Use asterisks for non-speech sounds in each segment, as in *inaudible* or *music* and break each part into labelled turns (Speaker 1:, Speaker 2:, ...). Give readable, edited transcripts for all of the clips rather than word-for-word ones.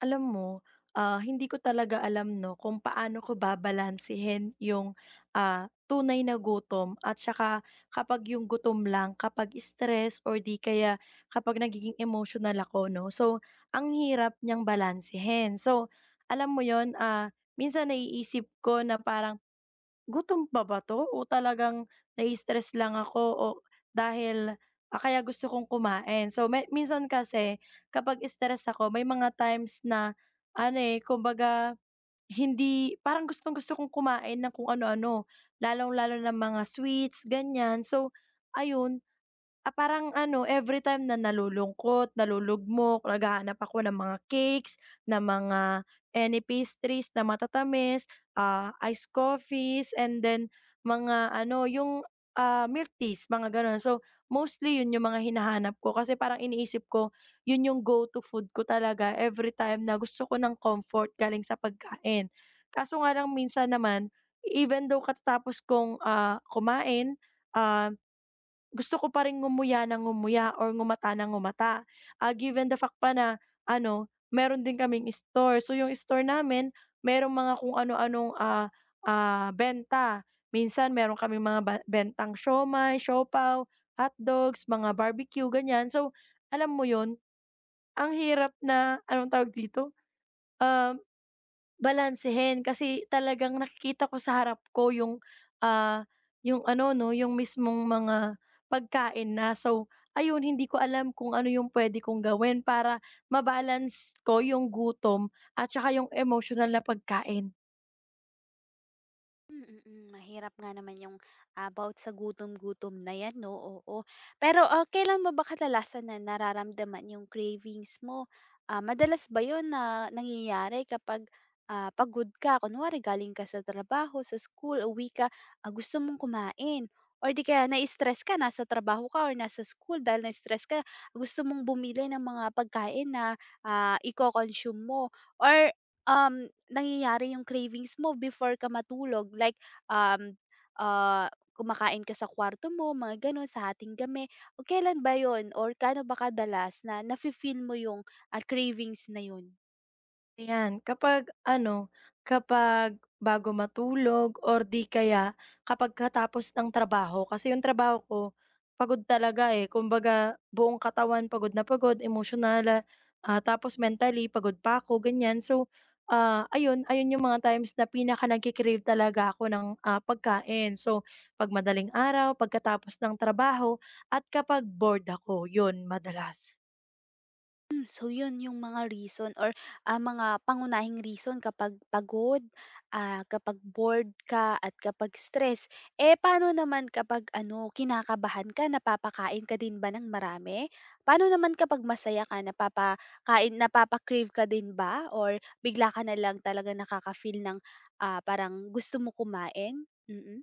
Speaker 1: Alam mo, hindi ko talaga alam 'no kung paano ko babalansehin yung, tunay na gutom at saka kapag yung gutom lang kapag stress or di kaya kapag nagiging emotional ako 'no. So, ang hirap niyang balansehin. So, alam mo yon, minsan naiisip ko na parang, "Gutom pa ba 'to o talagang nai-stress lang ako o dahil, kaya gusto kong kumain." So, me minsan kasi kapag stress ako may mga times na ano, eh, kumbaga hindi parang gustong-gusto kong kumain ng kung ano-ano, lalong-lalo na mga sweets, ganyan. So, ayun. Parang ano, every time na nalulungkot, nalulugmok, naghahanap ako ng mga cakes, ng mga any pastries na matatamis, iced coffees, and then mga ano, yung, milk teas, mga gano'n. So, mostly 'yun yung mga hinahanap ko kasi parang iniisip ko, 'yun yung go-to food ko talaga everytime na gusto ko ng comfort galing sa pagkain. Kaso nga lang minsan naman, even though katatapos kong, kumain, ah gusto ko pa ring ngumuya ng ngumuya or ngumata ng ngumata, given the fact pa na ano, meron din kaming store. So, yung store namin merong mga kung ano-anong, benta. Minsan meron kaming mga bentang siomai, siopaw, hot dogs, mga barbecue, ganyan. So, alam mo yun, ang hirap na, anong tawag dito, um balansehin kasi talagang nakikita ko sa harap ko yung, ah, yung ano 'no, yung mismong mga pagkain na. So, ayun, hindi ko alam kung ano yung puwede kong gawin para ma-balance ko yung gutom at saka yung emotional na pagkain.
Speaker 2: Mm, mm. Mahirap nga naman yung, about sa gutom-gutom na 'yan 'no, oo. Pero, kailan mo ba kadalasan na nararamdaman yung cravings mo? Madalas ba 'yun na nangyayari kapag, pagod ka? Kunwari galing ka sa trabaho, sa school, uwi ka, gusto mong kumain or 'di kaya na-stress ka, nasa trabaho ka or nasa school dahil na-stress ka, gusto mong bumili ng mga pagkain na, iko-consume mo or nangyayari yung cravings mo before ka matulog like, um, uh kumakain ka sa kwarto mo mga gano'n, sa hatinggabi. O kailan ba 'yun or kano ba kadalas na nafi-feel mo yung, cravings na 'yun?
Speaker 1: Ayan, kapag ano, kapag bago matulog or di kaya kapag katapos ng trabaho. Kasi yung trabaho ko, pagod talaga eh. Kumbaga, buong katawan pagod na pagod, emotional tapos mentally pagod pa ako, ganyan. So, ayun, ayun yung mga times na pinaka nagki-crave talaga ako ng pagkain. So, pag madaling araw, pagkatapos ng trabaho, at kapag bored ako, yun madalas.
Speaker 2: Hmm, so 'yun yung mga reason or, mga pangunahing reason kapag pagod, kapag bored ka at kapag stress. Eh, paano naman kapag ano, kinakabahan ka, napapakain ka din ba ng marami? Paano naman kapag masaya ka, napapakain napapa-crave ka din ba or bigla ka na lang talaga nakaka-feel ng, parang gusto mo kumain? Mm.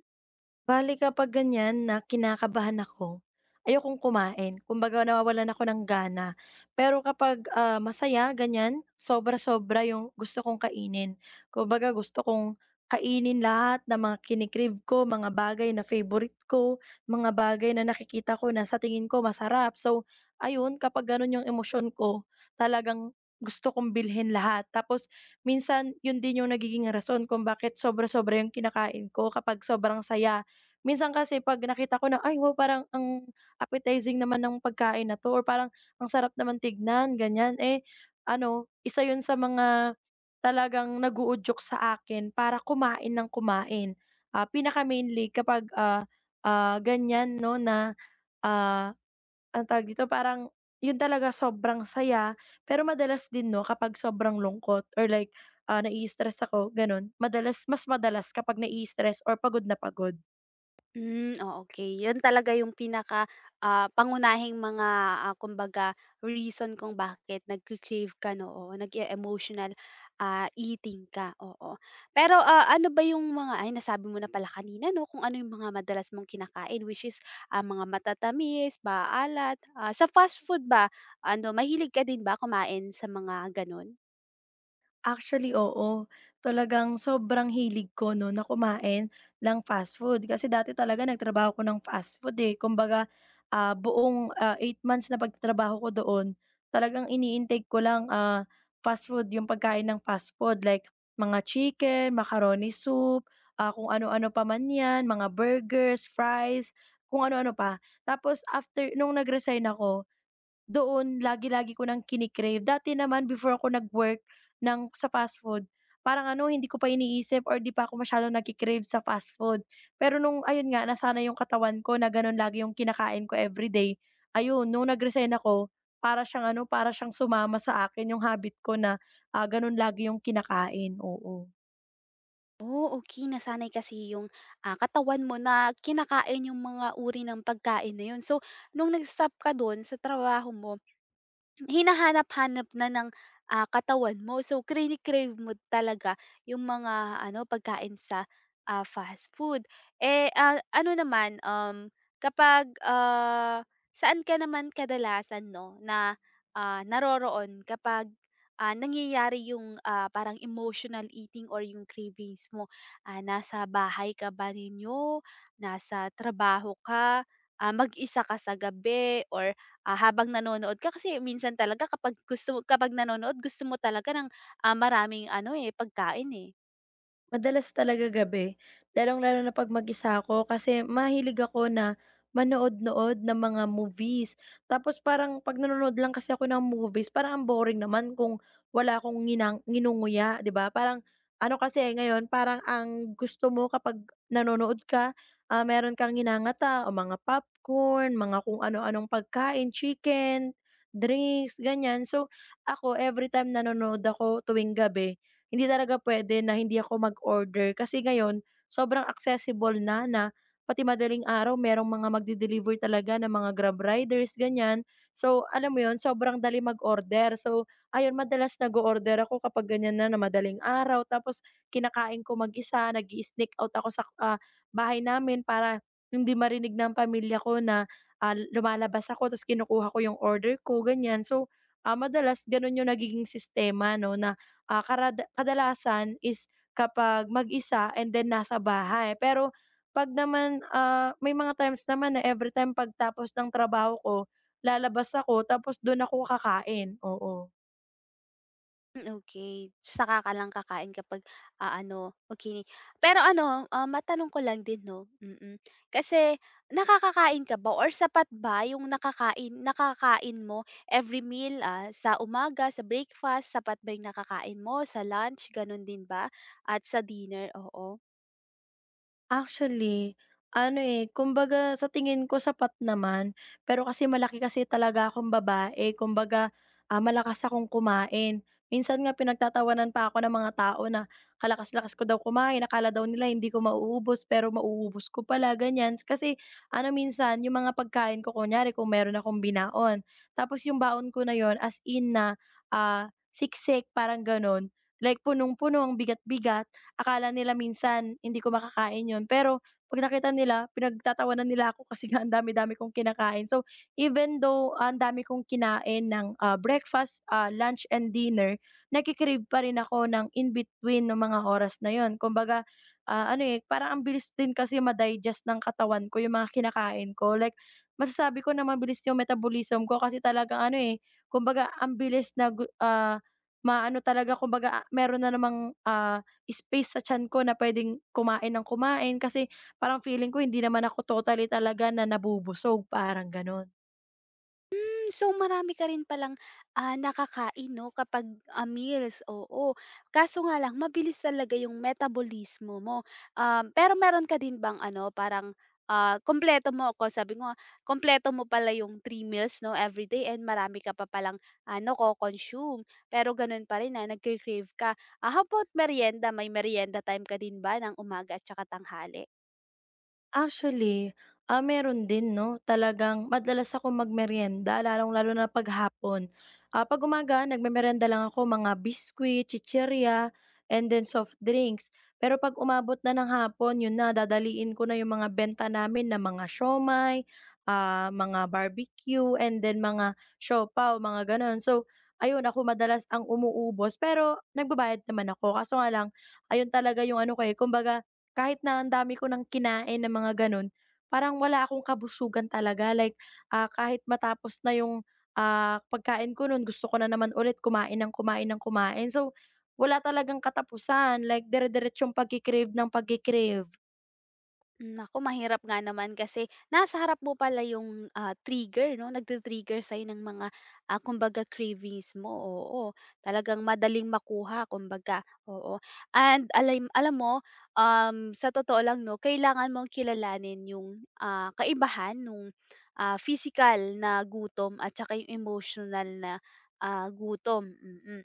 Speaker 1: Bali kapag ganyan na kinakabahan ako, ayokong kumain. Kumbaga nawawalan ako ng gana. Pero kapag, masaya ganyan, sobra-sobra yung gusto kong kainin. Kumbaga gusto kong kainin lahat ng mga kini ko, mga bagay na favorite ko, mga bagay na nakikita ko na sa tingin ko masarap. So, ayun, kapag gano'n yung emosyon ko, talagang gusto kong bilhin lahat. Tapos minsan yun din yung nagiging rason kung bakit sobra-sobra yung kinakain ko kapag sobrang saya. Minsan kasi 'pag nakita ko na, "Ay wow, parang ang appetizing naman ng pagkain na 'to," or parang, "Ang sarap naman tignan," ganyan. Eh, ano, isa 'yun sa mga talagang nag-uudyok sa akin para kumain ng kumain. Pinaka-mainly kapag, ganyan 'no na, ah, anong tawag dito, parang 'yun talaga sobrang saya, pero madalas din 'no kapag sobrang lungkot or like, nai-stress ako, gano'n. Madalas, mas madalas kapag nai-stress or pagod na pagod.
Speaker 2: Hmm, oh, okay, 'yun talaga yung pinaka, pangunahing mga, kumbaga reason kung bakit nagki-crave ka 'no, nag emotional eating ka, oo. Pero, ano ba yung mga ay nasabi mo na pala kanina 'no, kung ano yung mga madalas mong kinakain which is, mga matatamis, maalat, sa fast food ba ano, mahilig ka din ba kumain sa mga gano'n?
Speaker 1: Actually, oo. Talagang sobrang hilig ko 'no na kumain ng fast food. Kasi dati talaga nagtrabaho ko ng fast food, eh. Kumbaga, buong, 8 months na pagtatrabaho ko doon, talagang ini-intake ko lang, fast food, yung pagkain ng fast food. Like mga chicken, macaroni soup, kung ano-ano pa man 'yan, mga burgers, fries, kung ano-ano pa. Tapos after nung nag-resign ako doon lagi-lagi ko nang kini. Dati naman before ako nag-work ng sa fast food, parang ano, hindi ko pa iniisip or 'di pa ako masyadong nagki-crave sa fast food. Pero nung ayun nga, nasanay yung katawan ko na gano'n lagi yung kinakain ko everyday, ayun nung nag-resign ako, para siyang ano, para siyang sumama sa akin yung habit ko na, gano'n lagi yung kinakain, oo.
Speaker 2: Oh, okay. Nasanay kasi yung, katawan mo na kinakain yung mga uri ng pagkain na yun. So, nung nag-stop ka dun sa trabaho mo, hinahanap-hanap na ng, katawan mo. So, crine-crave mo talaga yung mga ano, pagkain sa, fast food. Eh, ah, ano naman, um, kapag, ah, saan ka naman kadalasan 'no, na, naroroon kapag, nangyayari yung, parang emotional eating or yung cravings mo? Ah, nasa bahay ka ba ninyo, nasa trabaho ka, mag-isa ka sa gabi or habang nanonood ka kasi minsan talaga kapag gusto mo kapag nanonood gusto mo talaga ng, maraming ano, eh, pagkain, eh.
Speaker 1: Madalas talaga gabi, lalong-lalo na 'pag mag-isa ako kasi mahilig ako na manood-nood ng mga movies. Tapos parang 'pag nanonood lang kasi ako ng movies parang ang boring naman kung wala akong nginunguya, 'di ba? Parang ano kasi eh, ngayon, parang ang gusto mo kapag nanonood ka, meron kang nginangata o mga popcorn, mga kung ano-anong pagkain, chicken, drinks, ganyan. So, ako every time nanonood ako tuwing gabi hindi talaga pwede na hindi ako mag-order, kasi ngayon sobrang accessible na na pati madaling araw merong mga magde-deliver talaga ng mga Grab riders, ganyan. So, alam mo yon, sobrang dali mag-order. So, ayun madalas nag order ako kapag ganyan na na madaling araw tapos kinakain ko mag-isa, nag-i-sneak out ako sa, bahay namin para hindi marinig ng pamilya ko na, lumalabas ako ta's kinukuha ko yung order ko, ganyan. So, madalas gano'n yung nagiging sistema 'no na kadalasan is kapag mag-isa and then nasa bahay. Pero 'pag naman, may mga times naman na everytime pagtapos ng trabaho ko, lalabas ako tapos dun ako kakain, oo.
Speaker 2: Hmm, okey. Saka ka lang kakain kapag, ano, okey. Pero ano, matanong ko lang din 'no, kasi nakakakain ka ba or sapat ba yung nakakain nakakain mo every meal, sa umaga, sa breakfast, sapat ba yung nakakain mo, sa lunch, gano'n din ba at sa dinner? Oo.
Speaker 1: Actually, ano, eh, kumbaga sa tingin ko sapat naman, pero kasi malaki kasi talaga akong babae, kumbaga, malakas akong kumain. Minsan nga pinagtatawanan pa ako ng mga tao na kalakas-lakas ko daw kumain, akala daw nila hindi ko mauubos, pero mauubos ko pala, ganyan. Kasi ano, minsan yung mga pagkain ko kunyari kung meron akong binaon, tapos yung baon ko na yon as in na, siksik parang gano'n, like punong-puno, ang bigat-bigat, akala nila minsan hindi ko makakain yun, pero 'pag nakita nila pinagtatawanan nila ako kasi nga ang dami-dami kong kinakain. So, even though ang dami kong kinain ng, breakfast, lunch and dinner, nagke-crave pa rin ako ng in between ng mga oras na yun. Kumbaga, ano, eh, parang ang bilis din kasi ma-digest ng katawan ko yung mga kinakain ko. Like masasabi ko na mabilis yung metabolism ko kasi talagang ano, eh, kumbaga ang bilis na maano talaga, kumbaga meron na namang, space sa tiyan ko na puwedeng kumain ng kumain kasi parang feeling ko hindi naman ako totally talaga na nabubusog, parang gano'n.
Speaker 2: Hmm, so marami ka rin palang, nakakain 'no kapag, meals, oo. Kaso nga lang mabilis talaga yung metabolismo mo. Pero meron ka din bang ano parang, ah, kumpleto mo ako sabi mo kompleto kumpleto mo pala yung 3 meals 'no everyday and marami ka pa palang ano nako-consume. Pero ganun pa rin na nagke-crave ka. Ah, how about merienda, may merienda time ka din ba ng umaga at saka tanghali?
Speaker 1: Actually, meron din 'no, talagang madalas ako magmerienda, lalong-lalo na 'pag hapon. 'Pag umaga nagmemeryenda lang ako mga biscuit, chichirya, and then soft drinks. Pero 'pag umabot na ng hapon yun na dadaliin ko na yung mga benta namin na mga siomai, mga barbecue, and then mga siopao, mga gano'n. So, ayun ako madalas ang umuubos pero nagbabayad naman ako kaso nga lang ayun talaga yung ano ko, eh, kumbaga kahit na ang dami ko ng kinain na mga gano'n, parang wala akong kabusugan talaga like, kahit matapos na yung, pagkain ko nun gusto ko na naman ulit kumain ng kumain ng kumain. So, wala talagang katapusan, like dire-diretsong pagke-crave ng pagke.
Speaker 2: Nako, mahirap nga naman kasi nasa harap mo pala yung, trigger 'no, nagti-trigger sa'yo ng mga, kumbaga cravings mo, oo. Talagang madaling makuha kumbaga, oo. And alam alam mo, sa totoo lang 'no, kailangan mong kilalanin yung, kaibahan nung, physical na gutom at saka yung emotional na, gutom, mm. Mm.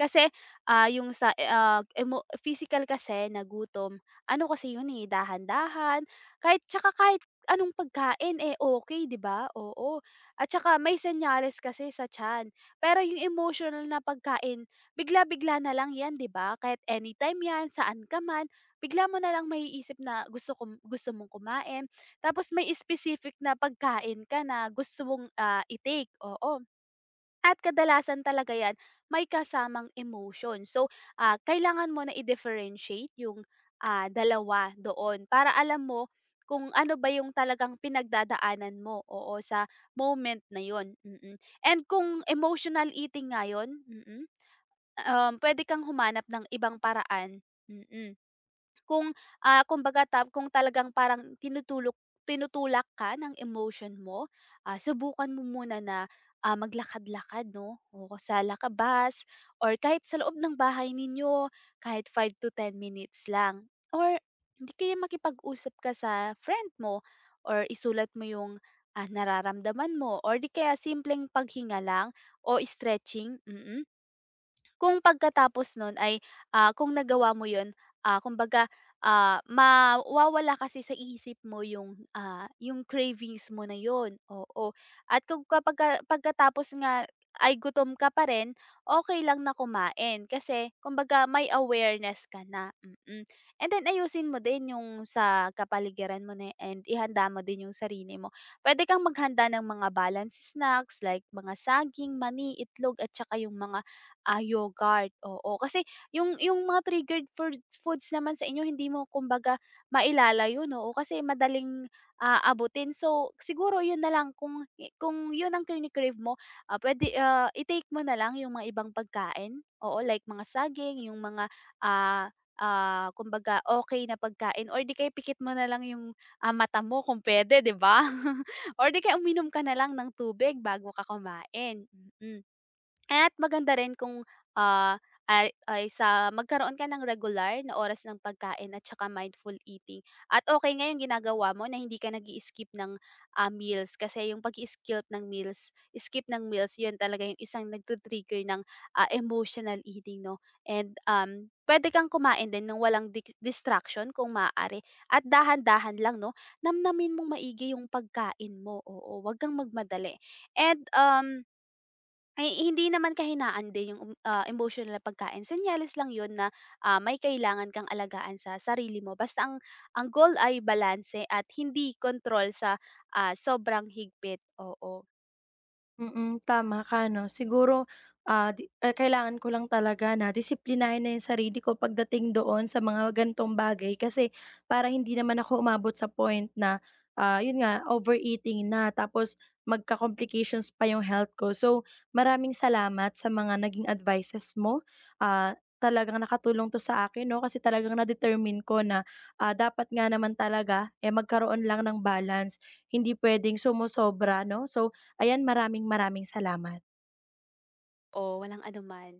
Speaker 2: Kasi, ah, yung sa, eh, ah, emo physical kasi na gutom ano kasi yun, eh, dahan-dahan, kahit tsaka kahit anong pagkain, eh, okay, 'di ba? Oo, at tsaka may senyales kasi sa tiyan. Pero yung emotional na pagkain, bigla-bigla na lang 'yan, 'di ba? Kahit anytime 'yan, saan ka man, bigla mo na lang maiisip na gusto mong kumain, tapos may specific na pagkain ka na gusto mong, i-take, oo. At kadalasan talaga 'yan may kasamang emotion. So, kailangan mo na i-differentiate yung, dalawa doon para alam mo kung ano ba yung talagang pinagdadaanan mo, oo, sa moment na yon. Mm. Mm. And kung emotional eating nga yon, mm, mm, puwede kang humanap ng ibang paraan, mm. Mm. Kung, ah, kumbaga ta kung talagang parang tinutulak ka ng emotion mo, subukan mo muna na, maglakad-lakad 'no, o sa lakabas or kahit sa loob ng bahay ninyo, kahit 5 to 10 minutes lang or di kaya makipag-usap ka sa friend mo or isulat mo yung, nararamdaman mo or di kaya simpleng paghinga lang o stretching, mm. Kung pagkatapos nun ay, kung nagawa mo yun, ah, kumbaga, mawawala kasi sa isip mo yung, yung cravings mo na yun, oo. At kung pagkatapos nga ay gutom ka pa rin, okey lang na kumain kasi kumbaga may awareness ka na, mm. And then ayusin mo din yung sa kapaligiran mo na and ihanda mo din yung sarili mo. Puwede kang maghanda ng mga balance snacks like mga saging, mani, itlog at tsaka yung mga ah, yogurt, oo. Kasi yung mga triggered foods foods naman sa inyo hindi mo kumbaga mailala yun, oo, kasi madaling, abutin. So, siguro yun na lang kung yun ang kini-crave mo, puwede, i-take mo na lang yung mga ibang pagkain, oo, like mga saging, yung mga, ah, kumbaga okey na pagkain or di kaya pikit mo na lang yung, mata mo kung puwede, di ba? *laughs* Or di kaya uminom ka na lang ng tubig bago ka kumain, mm. At maganda rin kung, ah, ay sa magkaroon ka ng regular na oras ng pagkain at tsaka mindful eating. At okay nga yung ginagawa mo na hindi ka nag skip ng, meals kasi yung pag skip ng meals yun talaga yung isang nagti-trigger ng, emotional eating 'no. And, pwede kang kumain din ng walang distraction kung maaari at dahan-dahan lang 'no. Namnamin mong maigi yung pagkain mo, oo, 'wag kang magmadali. And, um ay hindi naman kahinaan din yung, emosyonal na pagkain, senyales lang yun na, may kailangan kang alagaan sa sarili mo basta ang goal ay balanse at hindi kontrol sa, sobrang higpit, oo,
Speaker 1: Mm, tama ka 'no. Siguro, kailangan ko lang talaga na disiplinahin na 'yung sarili ko pagdating doon sa mga ganitong bagay kasi para hindi naman ako umabot sa point na, 'yun nga, overeating na tapos magka-complications pa 'yung health ko. So, maraming salamat sa mga naging advices mo. Ah, Talagang nakatulong 'to sa akin 'no kasi talagang na-determine ko na, dapat nga naman talaga, eh, magkaroon lang ng balance, hindi puwedeng sumosobra 'no. So, ayan, maraming maraming salamat.
Speaker 2: o walang anuman.